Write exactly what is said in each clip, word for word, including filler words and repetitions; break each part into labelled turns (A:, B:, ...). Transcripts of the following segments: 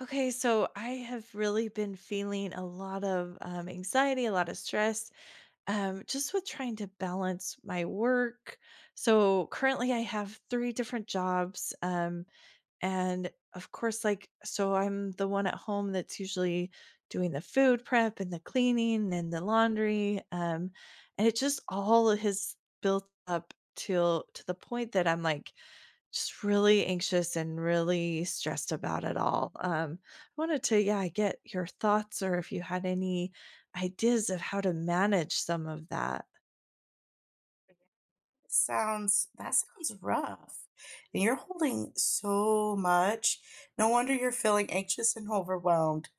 A: Okay, so I have really been feeling a lot of um, anxiety, a lot of stress, um, just with trying to balance my work. So currently, I have three different jobs, um, and of course, like so, I'm the one at home that's usually doing the food prep and the cleaning and the laundry, um, and it just all has built up till to the point that I'm like just really anxious and really stressed about it all. Um, I wanted to, yeah, get your thoughts or if you had any ideas of how to manage some of that.
B: Sounds that sounds rough. And you're holding so much. No wonder you're feeling anxious and overwhelmed,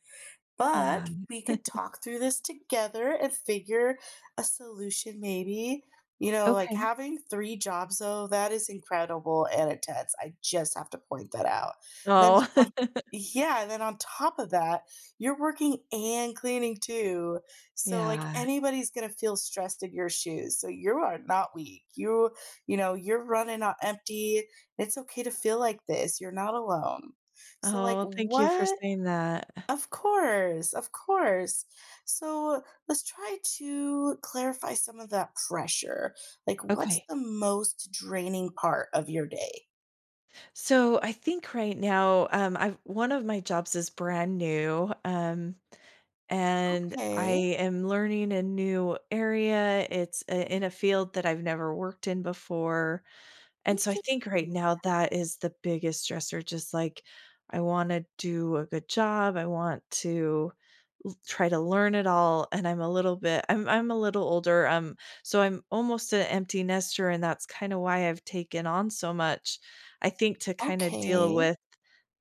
B: but
A: Um,
B: we could talk through this together and figure a solution maybe. You know, like
A: okay.
B: having three jobs, though, that is incredible and intense. I just have to point that out. and
A: Oh,
B: then on, yeah, and then on top of that, you're working and cleaning too. So, like,
A: yeah.
B: anybody's gonna feel stressed in your shoes, so you are not weak. You you know you're running on empty. It's okay to feel like this. You're not alone. So, like,
A: Oh, thank you for
B: what —
A: saying that.
B: of course, of course. So let's try to clarify some of that pressure. Like, what's
A: Okay.
B: the most draining part of your day?
A: So I think right now, um, I've one of my jobs is brand new. Um, and I
B: Okay,
A: am learning a new area. It's uh in a field that I've never worked in before. And so I
B: interesting.
A: think right now that is the biggest stressor, just like I want to do a good job. I want to l- try to learn it all. And I'm a little bit, I'm I'm a little older. Um, so I'm almost an empty nester, and that's kind of why I've taken on so much. I think to kind of deal
B: Okay,
A: with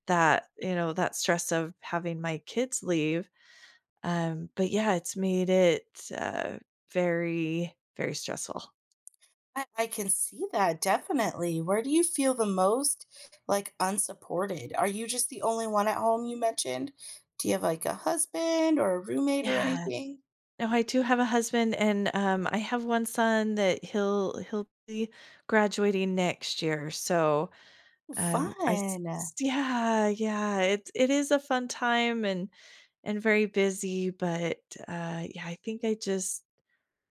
A: that, you know, that stress of having my kids leave. Um, but yeah, it's made it uh very, very stressful.
B: I, I can see that definitely. Where do you feel the most, like, unsupported? Are you just the only one at home, you mentioned? Do you have, like, a husband or a roommate or
A: Yeah.
B: anything?
A: No, I do have a husband, and, um, I have one son that he'll he'll be graduating next year, so, um,
B: Fun.
A: I s s Yeah, yeah, it it is a fun time and and very busy, but, uh, yeah, I think I just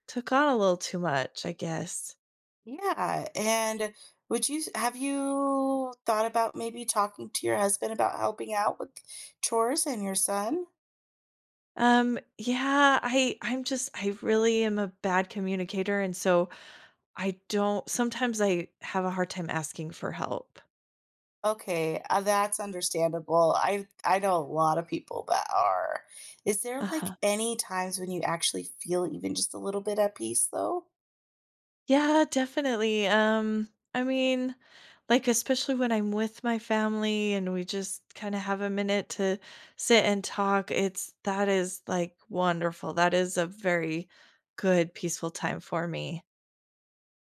A: took on a little too much, I guess.
B: Yeah, and would you have you thought about maybe talking to your husband about helping out with chores and your son?
A: Um, yeah, I I'm just I really am a bad communicator, and so I don't sometimes I have a hard time asking for help.
B: Okay, uh, that's understandable. I I know a lot of people that are. Is there,
A: Uh-huh.
B: like, any times when you actually feel even just a little bit at peace though?
A: Yeah, definitely. Um, I mean, like especially when I'm with my family and we just kind of have a minute to sit and talk, it's that is like wonderful. That is a very good peaceful time for me.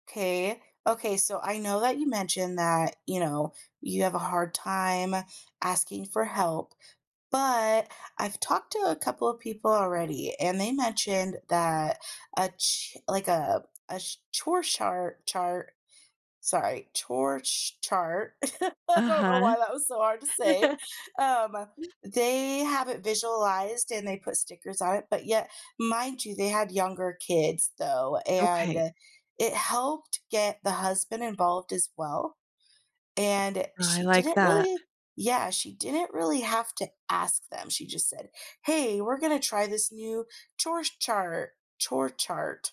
B: Okay. Okay, so I know that you mentioned that, you know, you have a hard time asking for help. But I've talked to a couple of people already, and they mentioned that a ch like a a sh- chore chart chart. Sorry, chore sh- chart. I don't know
A: Uh-huh.
B: why that was so hard to say. Um, they have it visualized and they put stickers on it, but yet, mind you, they had younger kids though, and
A: Okay.
B: it helped get the husband involved as well, and
A: Oh, I
B: she
A: like
B: didn't
A: that.
B: really, yeah, she didn't really have to ask them. She just said, "Hey, we're going to try this new chore chart, chore chart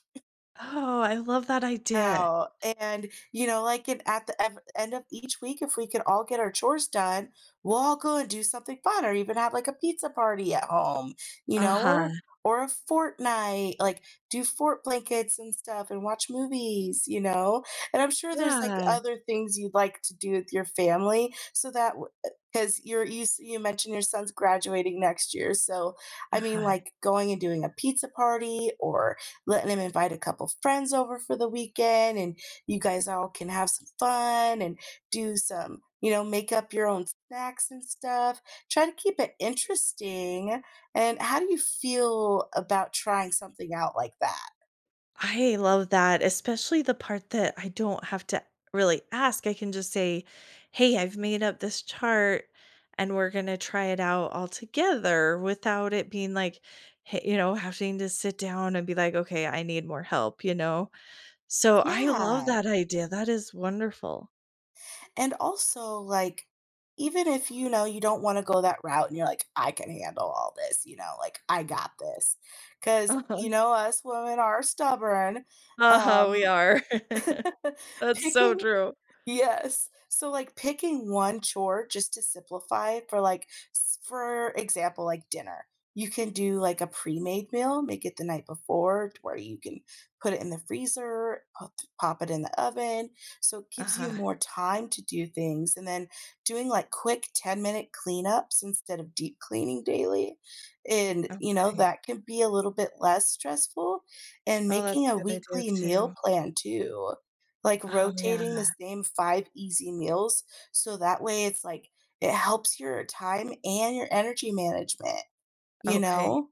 A: Oh, I love that idea.
B: out," and, you know, like, and at the ev- end of each week, if we could all get our chores done, we'll all go and do something fun, or even have like a pizza party at home, you know
A: Uh-huh.
B: or or a fortnight, like, do fort blankets and stuff and watch movies, you know. And I'm sure there's, like,
A: Yeah.
B: other things you'd like to do with your family, so that — because you're you, s- you mentioned your son's graduating next year. So, I mean,
A: Uh-huh.
B: like, going and doing a pizza party, or letting him invite a couple friends over for the weekend, and you guys all can have some fun and do some, you know make up your own snacks and stuff. Try to keep it interesting. And how do you feel about trying something out like that?
A: I love that, especially the part that I don't have to really ask. I can just say, "Hey, I've made up this chart and we're going to try it out all together," without it being like, hey, you know, having to sit down and be like, "Okay, I need more help," you know? So I love
B: Yeah,
A: that idea. That is wonderful.
B: and also, like, even if you know you don't want to go that route, and you're like, I can handle all this, you know like, I got this, because,
A: Uh-huh.
B: you know, us women are stubborn.
A: Uh-huh, we
B: um
A: are. That's so
B: picking
A: true.
B: Yes. So, like, picking one chore just to simplify, for, like s- for example, like dinner. You can do like a pre-made meal, make it the night before, to where you can put it in the freezer, pop pop it in the oven. So it gives you
A: Uh-huh.
B: more time to do things. And then doing, like, quick ten-minute cleanups instead of deep cleaning daily. And, you know,
A: Okay.
B: that can be a little bit less stressful. And
A: Oh, that's
B: making a
A: a good idea
B: weekly
A: too.
B: meal plan too. Like,
A: Oh, yeah.
B: rotating the same five easy meals, so that way it's like it helps your time and your energy management, you
A: Okay.
B: know?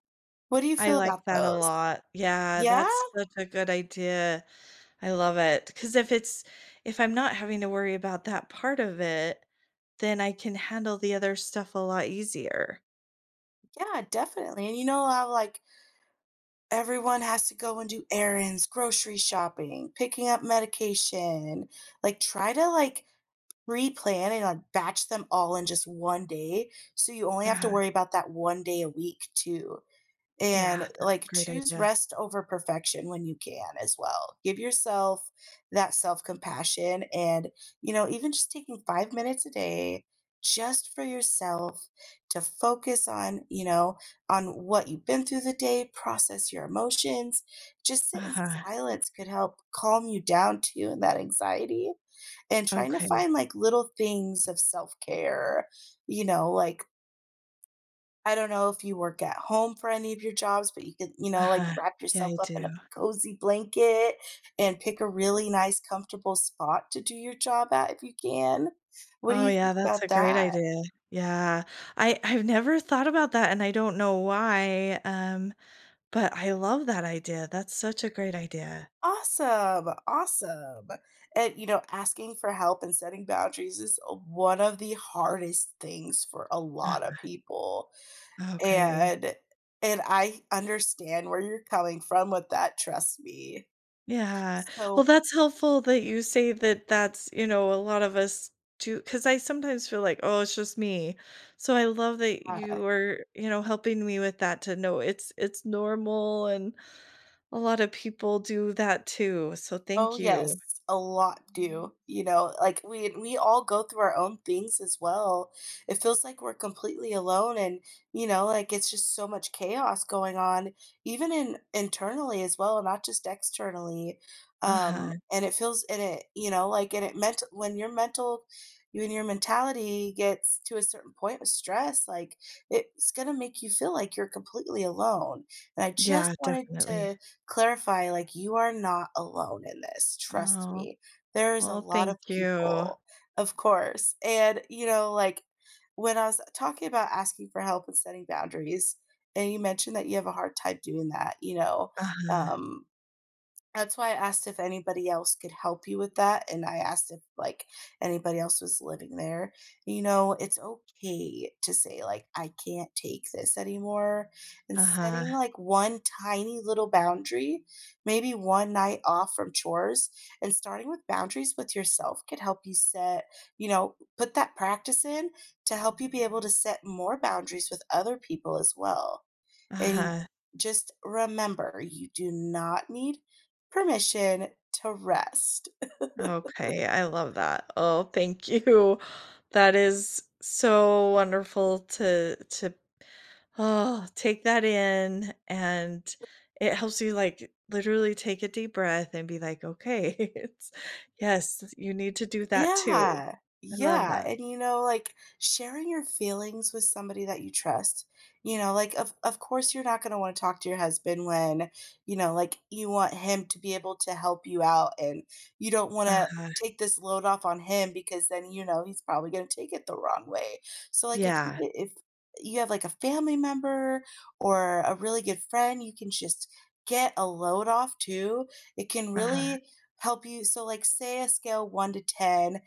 B: What do you
A: I
B: feel about
A: like that a
B: those?
A: lot. Yeah,
B: Yeah?
A: that's such a good idea. I love it because if it's if I'm not having to worry about that part of it, then I can handle the other stuff a lot easier.
B: Yeah, definitely. And you know how, like, everyone has to go and do errands, grocery shopping, picking up medication, like, try to, like, pre-plan and, like, batch them all in just one day, so you only have to
A: uh
B: worry about that one day a week too.
A: Yeah,
B: And,
A: that's a
B: like,
A: great
B: choose
A: idea.
B: rest over perfection when you can as well. Give yourself that self-compassion, and, you know, even just taking five minutes a day just for yourself to focus on, you know, on what you've been through the day, process your emotions. Just sit in
A: Uh-huh.
B: silence could help calm you down too and that anxiety, and trying to
A: Okay.
B: find, like, little things of self-care, you know, like, I don't know if you work at home for any of your jobs, but you could, you know, like,
A: Uh-huh.
B: wrap
A: Yeah,
B: yourself
A: I
B: up in
A: do.
B: a cozy blanket and pick a really nice, comfortable spot to do your job at if you can. What do
A: Oh,
B: you
A: yeah,
B: think
A: that's a
B: about
A: great
B: that?
A: idea. Yeah. I I've never thought about that, and I don't know why, um, but I love that idea. That's such a great idea.
B: Awesome. Awesome. And, you know, asking for help and setting boundaries is a- one of the hardest things for a lot of people.
A: Uh, okay.
B: And, and I understand where you're coming from with that. Trust me.
A: Yeah. Well,
B: So,
A: that's helpful that you say that that's, you know, a lot of us do, because I sometimes feel like, oh, it's just me. So I love that
B: uh,
A: you are, you know, helping me with that to know it's it's normal and a lot of people do that too. So
B: oh,
A: thank you.
B: yes, a lot do. You know, like, we we all go through our own things as well. It feels like we're completely alone, and, you know, like, it's just so much chaos going on, even in — internally as well, not just externally,
A: Uh-huh.
B: um, and it feels, and it, you know, like — and it meant when your mental when your mentality gets to a certain point with stress, like, it's gonna make you feel like you're completely alone, and I just
A: Yeah,
B: wanted
A: definitely.
B: to clarify, like, you are not alone in this. Trust
A: Oh,
B: me. There's a
A: well,
B: lot
A: thank
B: of
A: you.
B: people. Of course. And, you know, like, when I was talking about asking for help and setting boundaries, and you mentioned that you have a hard time doing that, you know,
A: Uh-huh.
B: um, that's why I asked if anybody else could help you with that, and I asked if, like, anybody else was living there. You know, it's okay to say, like, "I can't take this anymore," and
A: Uh-huh.
B: setting, like, one tiny little boundary, maybe one night off from chores, and starting with boundaries with yourself could help you set — you know, put that practice in to help you be able to set more boundaries with other people as well. And you —
A: Uh-huh.
B: just remember, you do not need permission to rest.
A: Okay, I love that. Oh, thank you. That is so wonderful to to oh, take that in and it helps you like literally take a deep breath and be like, "Okay, it's yes, you need to do that too."
B: Yeah.
A: I love
B: Yeah,
A: that.
B: and, you know, like, sharing your feelings with somebody that you trust, you know, like, of of course, you're not gonna wanna talk to your husband when, you know, like, you want him to be able to help you out, and you don't wanna
A: Uh-huh.
B: take this load off on him because then, you know, he's probably gonna take it the wrong way. So, like, if you —
A: Yeah.
B: if you have, like, a family member or a really good friend you can just get a load off too, it can
A: Uh-huh.
B: really help you. So, like, say a scale one to ten.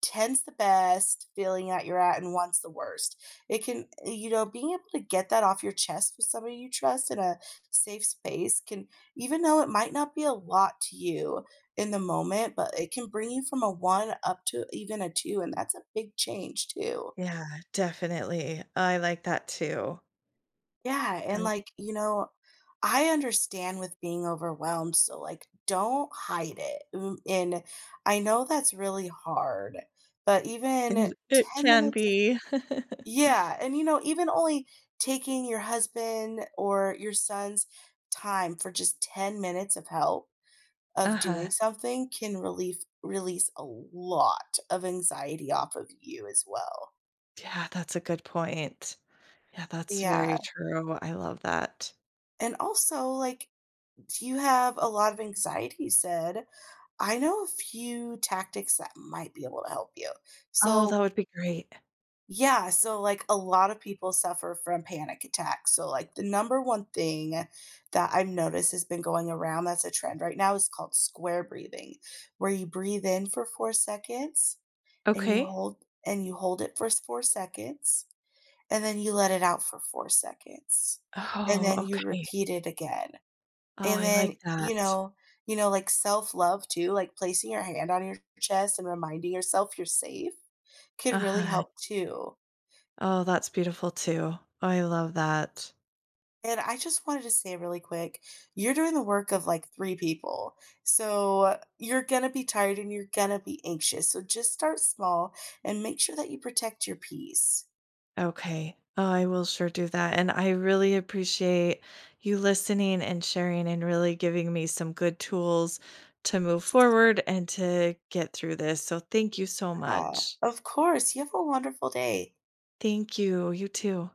B: Ten's the best feeling that you're at and one's the worst. It can eh, you know, being able to get that off your chest with somebody you trust in a safe space can — even though it might not be a lot to you in the moment, but it can bring you from a one up to even a two, and that's a big change too.
A: Yeah, definitely. I like that too.
B: Yeah, and,
A: That
B: like, you know, I understand with being overwhelmed, so, like, don't hide it. Mm, And I know that's really hard, but even
A: it, it
B: ten
A: can
B: minutes of —
A: be.
B: yeah, and you know, even only taking your husband or your son's time for just ten minutes of help of doing
A: Uh-huh.
B: something can relief release a lot of anxiety off of you as well.
A: Yeah, that's a good point. Yeah, that's very
B: Yeah.
A: true. I love that.
B: And also, like, you have a lot of anxiety, you said. I know a few tactics that might be able to help you.
A: Oh,
B: So,
A: that would be great.
B: yeah, so, like, a lot of people suffer from panic attacks. So, like, the number one thing that I've noticed has been going around that's a trend right now is called square breathing, where you breathe in for four seconds, and you
A: Okay.
B: hold and you hold it for s- four seconds, and then you let it out for four seconds, and
A: Oh,
B: then you
A: okay.
B: repeat it again.
A: Oh,
B: And
A: I
B: then,
A: like
B: you
A: that.
B: know — you know, like, self-love too, like, placing your hand on your chest and reminding yourself you're safe could really
A: Uh-huh.
B: help too.
A: Oh, that's beautiful too. I love that.
B: And I just wanted to say really quick, you're doing the work of, like, three people. So, you're gonna be tired and you're gonna be anxious, so just start small and make sure that you protect your peace.
A: Okay. Oh, I will sure do that. And I really appreciate you listening and sharing and really giving me some good tools to move forward and to get through this. So thank you so
B: Yeah,
A: much.
B: of course. You have a wonderful day.
A: Thank you. You too.